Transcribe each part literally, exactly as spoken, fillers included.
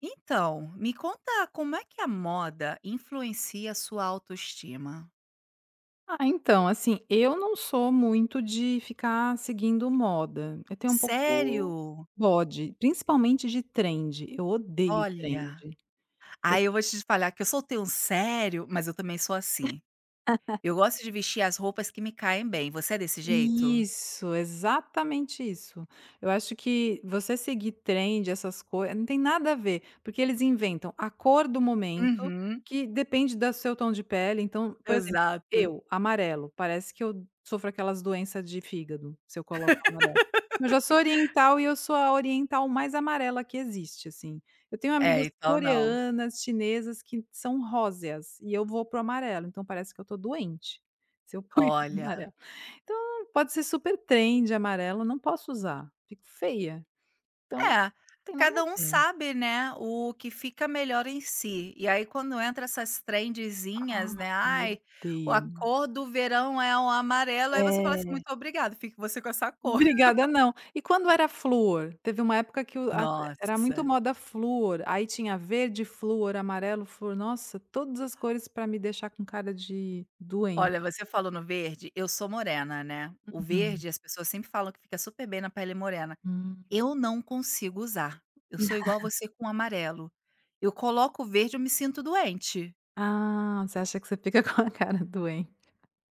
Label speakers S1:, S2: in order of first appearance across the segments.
S1: Então, me conta como é que a moda influencia a sua autoestima?
S2: Ah, então, assim, eu não sou muito de ficar seguindo moda. Eu tenho um pouco
S1: Sério?
S2: bode, principalmente de trend. Eu odeio
S1: Olha,
S2: trend.
S1: aí eu vou te falar que eu soltei um sério, mas eu também sou assim. Eu gosto de vestir as roupas que me caem bem. Você é desse jeito?
S2: Isso, exatamente isso. Eu acho que você seguir trend, essas coisas, não tem nada a ver, porque eles inventam a cor do momento,
S1: Uhum,
S2: que depende do seu tom de pele. Então, por exemplo,
S1: exato.
S2: eu, amarelo, parece que eu sofro aquelas doenças de fígado, se eu coloco amarelo. Eu já sou oriental e eu sou a oriental mais amarela que existe, assim. Eu tenho
S1: É,
S2: amigas
S1: então não.
S2: coreanas, chinesas, que são róseas, e eu vou pro amarelo, então parece que eu tô doente, se eu ponho
S1: Olha.
S2: amarelo. Então, pode ser super trend amarelo, não posso usar, fico feia, então não
S1: É,
S2: tem nada a
S1: cada um
S2: ver.
S1: sabe, né, o que fica melhor em si. E aí quando entra essas trendezinhas,
S2: Ai,
S1: né,
S2: meu
S1: "Ai, o a
S2: deus.
S1: cor do verão é o amarelo", aí você fala assim:
S2: É.
S1: "Muito obrigado, fique você com essa cor".
S2: Obrigada não. E quando era flúor? Teve uma época que o a era muito
S1: Nossa.
S2: moda flúor, aí tinha verde flúor, amarelo flúor, nossa, todas as cores pra me deixar com cara de doente.
S1: Olha, você falou no verde, eu sou morena, né. O
S2: Uhum,
S1: verde as pessoas sempre falam que fica super bem na pele morena.
S2: hum.
S1: Eu não consigo usar. Eu sou igual você com o amarelo. Eu coloco o verde, eu me sinto doente.
S2: Ah, você acha que você fica com a cara doente.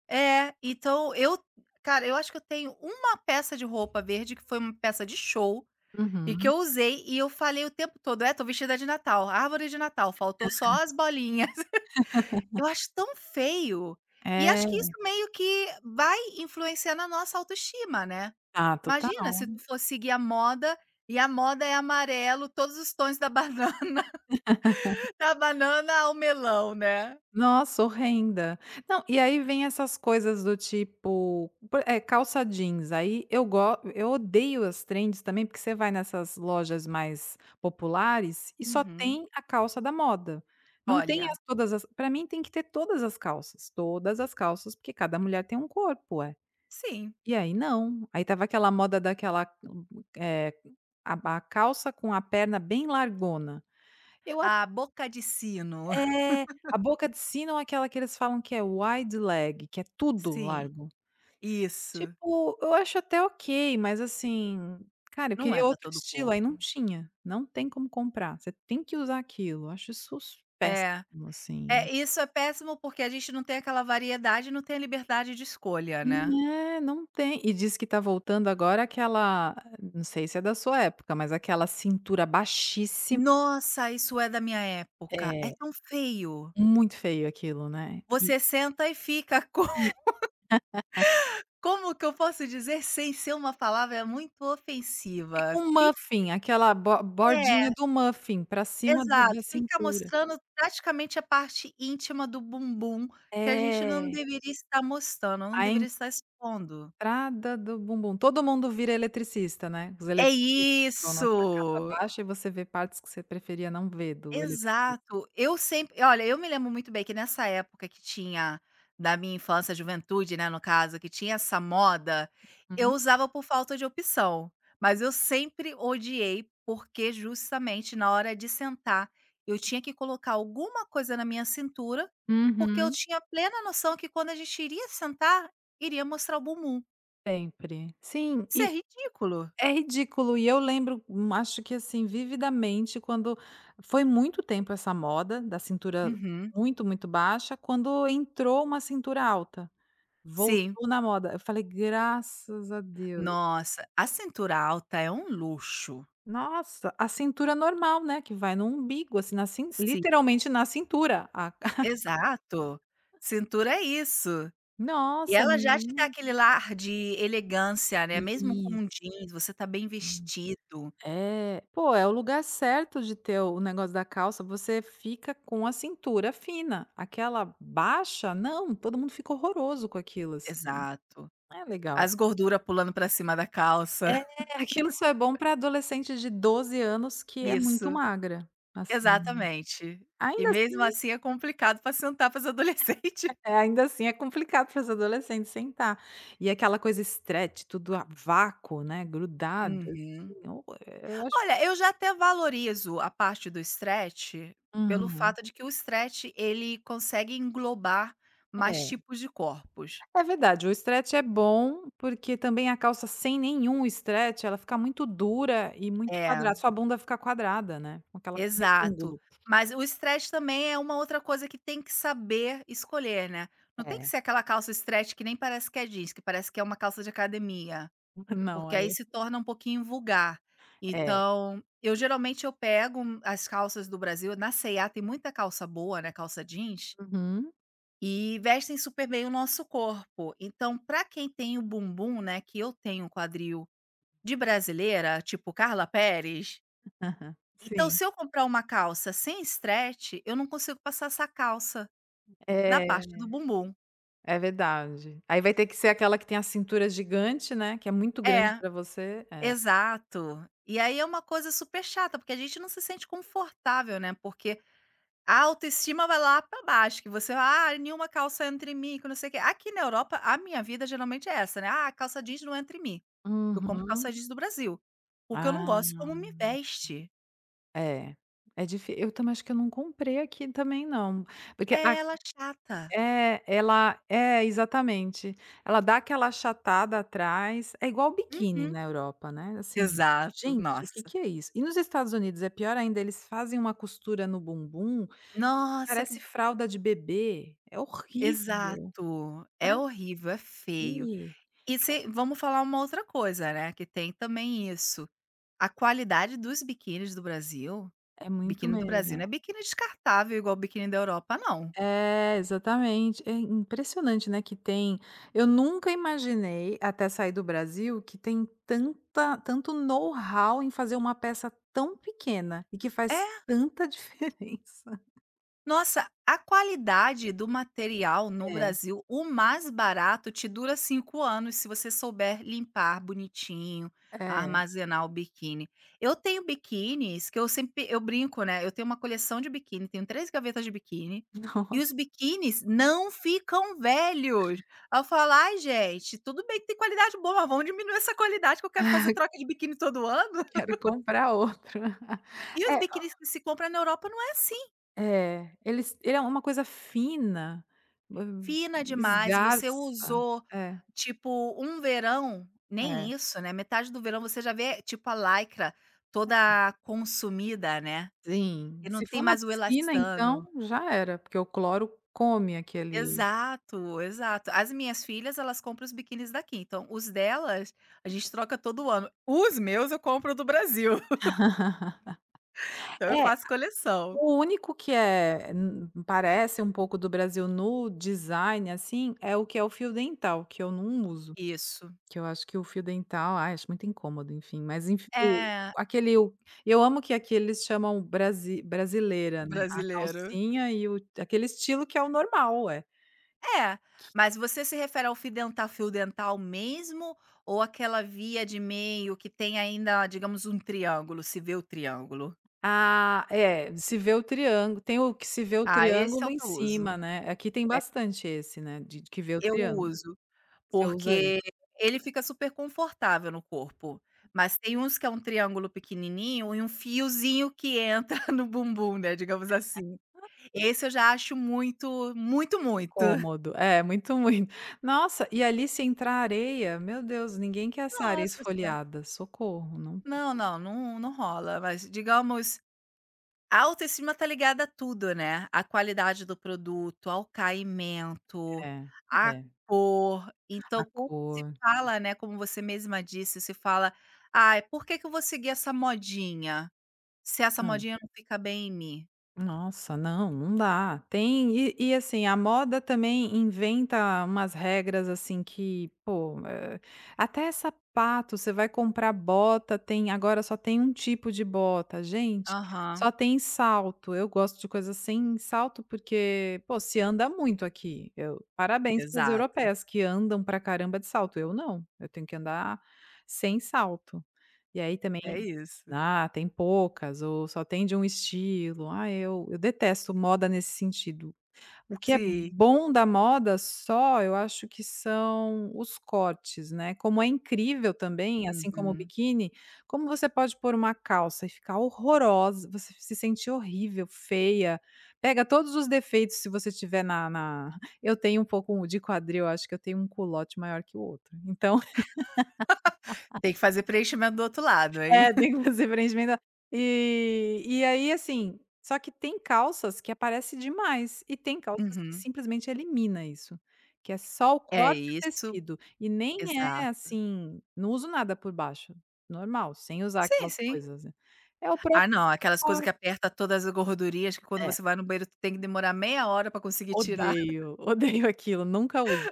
S1: É, então eu, cara, eu acho que eu tenho uma peça de roupa verde que foi uma peça de show e que
S2: Uhum.
S1: eu usei e eu falei o tempo todo: "É, tô vestida de Natal, árvore de Natal, faltou só as bolinhas". Eu acho tão feio. E
S2: É,
S1: acho que isso meio que vai influenciar na nossa autoestima, né.
S2: ah,
S1: Imagina se
S2: total.
S1: tu for seguir a moda e a moda é amarelo, todos os tons da banana, da banana ao melão, né.
S2: Nossa, horrenda. Não, e aí vem essas coisas do tipo, por eh, calça jeans, aí eu go eu odeio as trends também, porque você vai nessas lojas mais populares e só
S1: Uhum.
S2: tem a calça da moda. Não tem
S1: Olha,
S2: as todas as pra mim tem que ter todas as calças, todas as calças, porque cada mulher tem um corpo, é.
S1: sim,
S2: E aí não, aí tava aquela moda daquela, hum, é a ba calça com a perna bem largona. Eu
S1: a boca de sino.
S2: é, a boca de sino é aquela que eles falam que é wide leg, que é tudo
S1: Sim.
S2: largo.
S1: Isso,
S2: Tipo, eu acho até ok, mas assim, cara, eu
S1: não é
S2: queria
S1: para
S2: outro
S1: todo o
S2: estilo, aí não
S1: corpo.
S2: tinha, não tem como comprar, você tem que usar aquilo. Eu acho isso s
S1: É,
S2: péssimo, assim.
S1: é, isso é péssimo porque a gente não tem aquela variedade, não tem a liberdade de escolha, né.
S2: Né, não tem. E diz que tá voltando agora aquela, não sei se é da sua época, mas aquela cintura baixíssima.
S1: Nossa, isso é da minha época, é
S2: É,
S1: tão feio.
S2: muito feio aquilo, né.
S1: Você senta e fica co como que eu posso dizer sem ser uma palavra muito
S2: Fica
S1: ofensiva?
S2: um
S1: Fica,
S2: muffin, aquela bo bordinha
S1: é,
S2: do muffin pra cima do da
S1: exato, fica
S2: cintura.
S1: mostrando praticamente a parte íntima do bumbum que a gente não
S2: É,
S1: deveria estar mostrando, não
S2: a
S1: deveria estar expondo.
S2: entrada do bumbum. Todo mundo vira eletricista, né, os
S1: É
S2: eletricistas que vão na sua casa
S1: isso!
S2: baixa e você vê partes que você preferia não ver do eletricista.
S1: Exato. Eu sempre olha, eu me lembro muito bem que nessa época que tinha da minha infância, juventude, né, no caso, que tinha essa moda, eu
S2: Uhum.
S1: usava por falta de opção, mas eu sempre odiei, porque justamente na hora de sentar, eu tinha que colocar alguma coisa na minha cintura, porque eu
S2: Uhum,
S1: tinha plena noção que quando a gente iria sentar, iria mostrar o bumbum.
S2: sempre. Sim,
S1: Isso é
S2: e
S1: ridículo.
S2: é ridículo e eu lembro, hum, acho que assim, vividamente quando foi muito tempo essa moda da cintura
S1: Uhum.
S2: muito, muito baixa, quando entrou uma cintura alta.
S1: Sim.
S2: Voltou na moda. Eu falei: "Graças a Deus".
S1: Nossa, a cintura alta é um luxo.
S2: Nossa, a cintura normal, né, que vai no umbigo, assim, na cin literalmente na cintura, a
S1: Exato. Cintura é isso. E
S2: Nossa,
S1: ela já te dá
S2: menina.
S1: aquele lar de elegância, né, mesmo com
S2: Isso.
S1: um jeans, você tá bem vestido.
S2: É. Pô, é o lugar certo de ter o negócio da calça, você fica com a cintura fina. Aquela baixa, não, todo mundo fica horroroso com aquilo, assim,
S1: Exato.
S2: não é legal.
S1: As gordura pulando pra cima da calça.
S2: É, aquilo só é bom para adolescente de doze anos que é muito
S1: Isso,
S2: magra, assim.
S1: exatamente. E
S2: Ainda
S1: mesmo
S2: assim
S1: assim é complicado pra sentar para as adolescente.
S2: é, ainda assim é complicado para os adolescentes sentar. E aquela coisa stretch, tudo a vácuo, né, grudado,
S1: Uhum.
S2: assim, ou eh, eu acho.
S1: Olha, eu já até valorizo a parte do stretch, pelo
S2: Uhum.
S1: fato de que o stretch ele consegue englobar mais
S2: É,
S1: tipos de corpos.
S2: é verdade, o stretch é bom, porque também a calça sem nenhum stretch, ela fica muito dura e muito
S1: É.
S2: quadrada, sua bunda fica quadrada, né, com aquela
S1: Exato.
S2: retângulo.
S1: Mas o stretch também é uma outra coisa que tem que saber escolher, né. Não tem que
S2: É.
S1: ser aquela calça stretch que nem parece que é jeans, que parece que é uma calça de academia,
S2: Não,
S1: porque
S2: é
S1: aí se torna um pouquinho vulgar.
S2: é.
S1: Então, eu geralmente eu pego um- as calças do Brasil na cê e a tem muita calça boa, né, calça jeans,
S2: Uhum.
S1: e vestem super bem o nosso corpo. Então, para quem tem o bumbum, né, que eu tenho um quadril de brasileira, tipo Carla Pérez,
S2: Aham.
S1: então,
S2: Sim.
S1: se eu comprar uma calça sem stretch, eu não consigo passar essa calça na parte
S2: É,
S1: do bumbum.
S2: é verdade. Aí vai ter que ser aquela que tem a cintura gigante, né, que é muito grande
S1: É,
S2: para você. É.
S1: exato. E aí é uma coisa super chata, porque a gente não se sente confortável, né? Porque a autoestima vai lá pra baixo, que você, ah, nenhuma calça entra em mim, que não sei o quê. Aqui na Europa, a minha vida geralmente é essa, né? Ah, calça jeans não entra em mim. Eu compro calça
S2: Uhum.
S1: jeans do Brasil, porque eu não gosto
S2: Ah,
S1: como me veste.
S2: é. É difícil. Eu também acho que eu não comprei aqui também não, porque
S1: É,
S2: a
S1: ela é chata.
S2: é, ela é, exatamente. Ela dá aquela achatada atrás, é igual o biquíni
S1: Uhum.
S2: na Europa, né, assim,
S1: Exato,
S2: gente, o que
S1: nossa.
S2: que é isso? E nos Estados Unidos é pior ainda, eles fazem uma costura no bumbum,
S1: Nossa, que.
S2: parece fralda de bebê, é horrível.
S1: Exato, é
S2: Para
S1: horrível, é feio.
S2: quê?
S1: E se vamos falar uma outra coisa, né, que tem também isso, a qualidade dos biquínis do Brasil.
S2: É muito
S1: Biquíni do
S2: melhor.
S1: Brasil não é biquíni descartável igual o biquíni da Europa não.
S2: É, exatamente. É impressionante, né, que tem, eu nunca imaginei, até sair do Brasil, que tem tanta tanto know-how em fazer uma peça tão pequena e que faz
S1: É.
S2: tanta diferença.
S1: Nossa, a qualidade do material no
S2: É,
S1: Brasil, o mais barato te dura cinco anos se você souber limpar bonitinho,
S2: é.
S1: armazenar o biquíni. Eu tenho biquínis que eu sempre eu brinco, né, eu tenho uma coleção de biquíni, tenho três gavetas de biquíni, e
S2: Nossa,
S1: os biquínis não ficam velhos. Aí eu falo: "Ai gente, tudo bem que tem qualidade boa, mas vamos diminuir essa qualidade que eu quero fazer troca de biquíni todo ano".
S2: quero comprar outro.
S1: E os
S2: É
S1: biquínis que se compra na Europa não é assim.
S2: é, Ele, ele é uma coisa fina, hã,
S1: Fina demais, você
S2: esgarça.
S1: usou,
S2: É,
S1: tipo, um verão, nem
S2: é.
S1: isso, né, metade do verão você já vê, tipo, a lycra toda consumida, né,
S2: Sim.
S1: e não
S2: Se
S1: tem
S2: for na
S1: mais o
S2: piscina então,
S1: elastano.
S2: já era, porque o cloro come aquele
S1: Exato, exato. As minhas filhas, elas compram os biquínis daqui, então os delas, a gente troca todo ano. Os meus eu compro do Brasil, então eu
S2: É,
S1: faço coleção.
S2: o único que é hum, parece um pouco do Brasil no design, assim, é o que é o fio dental, que eu não uso,
S1: Isso.
S2: que eu acho que o fio dental, ai, acho muito incômodo, enfim, mas enf o
S1: É,
S2: aquele o eu amo que aqui eles chamam brasi brasileira, né, a
S1: brasileiro.
S2: calcinha e o aquele estilo que é o normal, é.
S1: É, mas você se refere ao fio dental, fio dental mesmo ou aquela via de meio que tem ainda, digamos, um triângulo, se vê o triângulo?
S2: Ah, é, se vê o triângulo tem o que se vê o
S1: Ah, esse é
S2: triângulo
S1: o
S2: em
S1: que eu uso.
S2: cima, né, aqui tem
S1: É,
S2: bastante esse, né, de que vê o
S1: eu
S2: triângulo,
S1: uso,
S2: você usa isso.
S1: porque ele fica super confortável no corpo, mas tem uns que é um triângulo pequenininho e um fiozinho que entra no bumbum, né, digamos assim. Esse eu já acho muito, muito, muito.
S2: Cômodo, é, muito, muito. Nossa, e ali se entrar areia, meu Deus, ninguém quer essa areia
S1: Nossa senhora.
S2: esfoliada, socorro, não tem
S1: Não, não, não, não rola, mas digamos. A autoestima tá ligada a tudo, né. A qualidade do produto, ao caimento,
S2: é,
S1: à
S2: é,
S1: cor. Então
S2: a
S1: quando se
S2: cor.
S1: fala, né, como você mesma disse, se fala: "Ai, por que que eu vou seguir essa modinha, se essa modinha não fica bem em mim?".
S2: Nossa, não, não dá. Tem e e assim, a moda também inventa umas regras, assim, que, pô, eh, até sapato, você vai comprar bota, tem agora só tem um tipo de bota. Gente,
S1: Aham,
S2: só tem salto. Eu gosto de coisas sem salto, porque, pô, se anda muito aqui. Eu parabéns para as
S1: exato,
S2: europeias que andam pra caramba de salto. Eu não, eu tenho que andar sem salto. E aí também
S1: é isso.
S2: ah, tem poucas ou só tem de um estilo. Ah, eu eu detesto moda nesse sentido. O que é
S1: Sim,
S2: bom da moda só, eu acho que são os cortes, né, como é incrível também, assim como o
S1: uhum.
S2: biquíni, como você pode pôr uma calça e ficar horrorosa, você se sente horrível, feia, pega todos os defeitos se você tiver na na eu tenho um pouco de quadril, acho que eu tenho um culote maior que o outro, então
S1: Tem que fazer preenchimento do outro lado, hein.
S2: É, tem que fazer preenchimento. E e aí, assim, só que tem calças que aparece demais e tem calças que
S1: Uhum.
S2: simplesmente elimina isso, que é só o
S1: É
S2: corte e o
S1: isso,
S2: tecido e nem é
S1: exato.
S2: assim, não uso nada por baixo, normal, sem usar
S1: Sim,
S2: aquelas
S1: sim.
S2: coisas, né. É o
S1: Ah
S2: próprio
S1: não, aquelas coisas que
S2: corte.
S1: aperta todas as gordurinhas que quando
S2: É,
S1: você vai no banheiro tu tem que demorar meia hora pra conseguir tirar.
S2: odeio, odeio aquilo, nunca uso.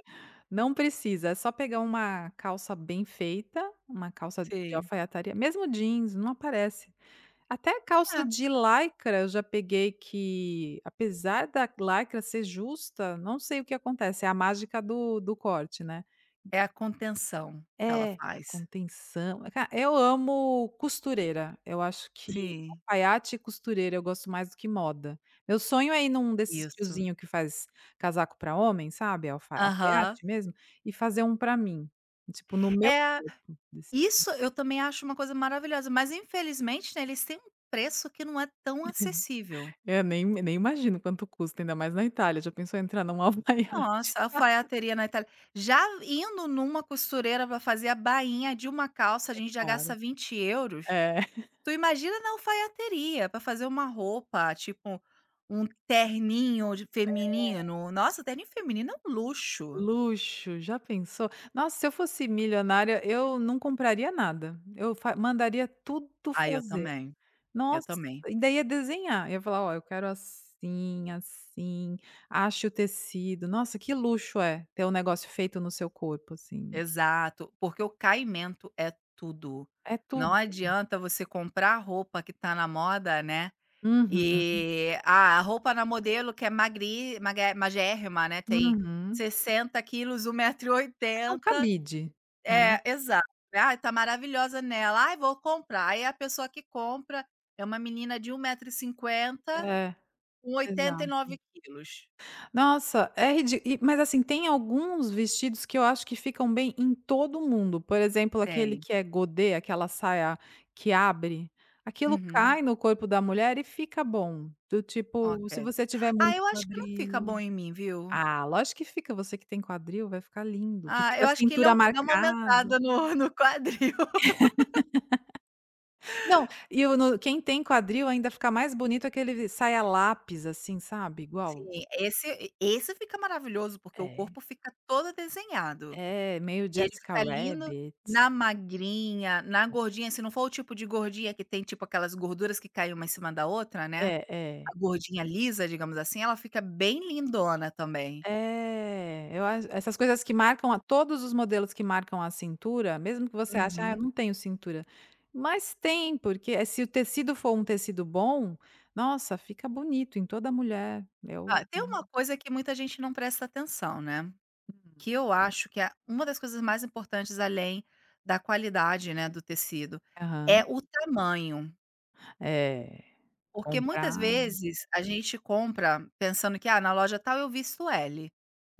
S2: Não precisa, é só pegar uma calça bem feita, uma calça de
S1: Sim.
S2: alfaiataria, mesmo jeans, não aparece. Até
S1: É,
S2: calça de lycra eu já peguei que, apesar da lycra ser justa, não sei o que acontece, é a mágica do do corte, né.
S1: é a contenção que ela
S2: É, a
S1: faz.
S2: contenção. Ca eu amo costureira, eu acho que
S1: Sim,
S2: alfaiate e costureira eu gosto mais do que moda. Meu sonho é ir num desses
S1: isso.
S2: tiozinho que faz casaco para homem, sabe, alfa
S1: Aham.
S2: alfaiate mesmo, e fazer um para mim, tipo, no meu
S1: É,
S2: corpo, desse.
S1: isso eu também acho uma coisa maravilhosa, mas infelizmente, né, eles têm um preço que não é tão acessível.
S2: É, nem nem imagino quanto custa, ainda mais na Itália, já pensou em entrar num alfaiate?
S1: Nossa, alfaiataria na Itália, já indo numa costureira pra fazer a bainha de uma calça, a gente já gasta
S2: Caro.
S1: vinte euros.
S2: É.
S1: Tu imagina na alfaiateria para fazer uma roupa, tipo, um terninho de feminino. Nossa, terninho feminino é um luxo.
S2: Luxo, já pensou? Nossa, se eu fosse milionária, eu não compraria nada. Eu fa mandaria tudo
S1: Ah, eu
S2: fazer.
S1: também, eu
S2: Nossa,
S1: também.
S2: e daí ia desenhar. Ia falar: "Ó, eu quero assim, assim, ache o tecido". Nossa, que luxo é ter um negócio feito no seu corpo, assim.
S1: Exato, porque o caimento é tudo.
S2: É
S1: Não
S2: tudo.
S1: adianta você comprar a roupa que tá na moda, né,
S2: Uhum,
S1: e ah, a roupa na modelo que é magri magé magérrima, né, tem
S2: uhum.
S1: sessenta quilos, um metro e
S2: É um
S1: oitenta.
S2: cabide, né.
S1: É, exato. "Ai, tá maravilhosa nela. Ai, vou comprar". Aí a pessoa que compra é uma menina de um 1,50 m
S2: É,
S1: com oitenta e
S2: exato.
S1: nove quilos.
S2: Nossa, é ridi mas assim, tem alguns vestidos que eu acho que ficam bem em todo mundo, por exemplo, aquele
S1: Tem.
S2: que é godê, aquela saia que abre, aquilo
S1: Uhum.
S2: cai no corpo da mulher e fica bom, do tipo, se
S1: Ok.
S2: você tiver
S1: Ah,
S2: muito
S1: eu acho que não fica
S2: quadril,
S1: bom em mim, viu.
S2: ah, lógico que fica, você que tem quadril vai ficar lindo, que
S1: Ah,
S2: fica
S1: eu
S2: a
S1: acho que ele é
S2: cintura
S1: um dá uma
S2: marcada.
S1: aumentada no no quadril.
S2: Não, e o no quem tem quadril ainda fica mais bonito aquele saia lápis, assim, sabe, igual
S1: Sim, esse esse fica maravilhoso, porque o
S2: é,
S1: corpo fica todo desenhado.
S2: é meio
S1: E ele
S2: Jessica
S1: fica lindo
S2: Rabbit.
S1: na magrinha, na gordinha, se não for o tipo de gordinha que tem, tipo, aquelas gorduras que caem uma em cima da outra, né.
S2: É,
S1: A
S2: é.
S1: gordinha lisa, digamos assim, ela fica bem lindona também.
S2: É, eu acho essas coisas que marcam a todos os modelos que marcam a cintura, mesmo que você ache: "Ah, eu
S1: Uhum.
S2: não tenho cintura", mas tem, porque eh, se o tecido for um tecido bom, nossa, fica bonito em toda mulher. Eu
S1: Ah, tem uma coisa que muita gente não presta atenção, né, que eu acho que é uma das coisas mais importantes além da qualidade, né, do tecido, é
S2: aham.
S1: o tamanho.
S2: É,
S1: Porque
S2: comprar
S1: muitas vezes a gente compra pensando que: "Ah, na loja tal eu visto L".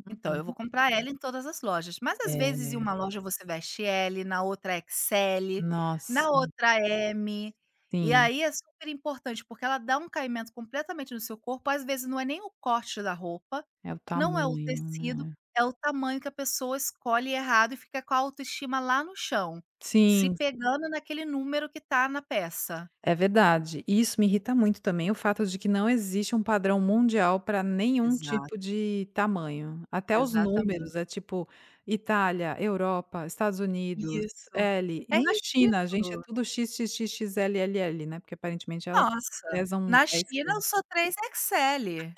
S1: Então, eu vou comprar ela em todas as lojas, mas às vezes em
S2: é,
S1: uma Hum. loja você veste L, na outra xis ele, na
S2: nossa,
S1: outra é M, e
S2: sim,
S1: aí é super importante, porque ela dá um caimento completamente no seu corpo, às vezes não é nem o corte da roupa,
S2: é o
S1: não é o
S2: tamanho,
S1: tecido,
S2: né.
S1: é o tamanho que a pessoa escolhe errado e fica com a autoestima lá no chão, se
S2: Sim.
S1: pegando naquele número que tá na peça.
S2: É verdade. E isso me irrita muito também, o fato de que não existe um padrão mundial para nenhum tipo
S1: Exato,
S2: de tamanho. Até os números,
S1: exatamente.
S2: é tipo Itália, Europa, Estados Unidos,
S1: Isso.
S2: L. E
S1: É
S2: na China, a gente é
S1: ridículo.
S2: tudo XXXXLLL, né, porque aparentemente elas
S1: Nossa,
S2: pesam
S1: na
S2: dez
S1: China eu sou
S2: quilos.
S1: três xis ele.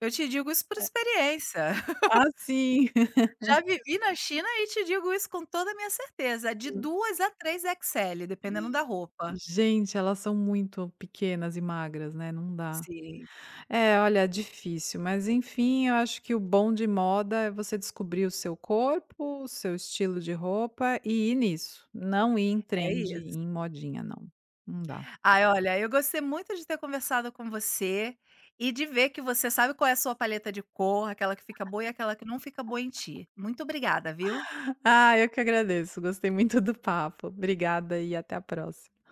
S1: Eu te digo isso por experiência.
S2: Ah, sim.
S1: Já vivi na China e te digo isso com toda a minha certeza, de duas a três xis ele dependendo da roupa.
S2: Gente, elas são muito pequenas e magras, né, não dá.
S1: Sim,
S2: É, olha, é difícil, mas enfim, eu acho que o bom de moda é você descobrir o seu corpo, o seu estilo de roupa e ir nisso. Não ir em
S1: é
S2: trend, ir
S1: isso.
S2: em modinha, não. Não dá.
S1: Ai, olha, eu gostei muito de ter conversado com você e de ver que você sabe qual é a sua paleta de cor, aquela que fica boa e aquela que não fica boa em ti. Muito obrigada, viu?
S2: Ah, eu que agradeço. Gostei muito do papo. Obrigada e até a próxima.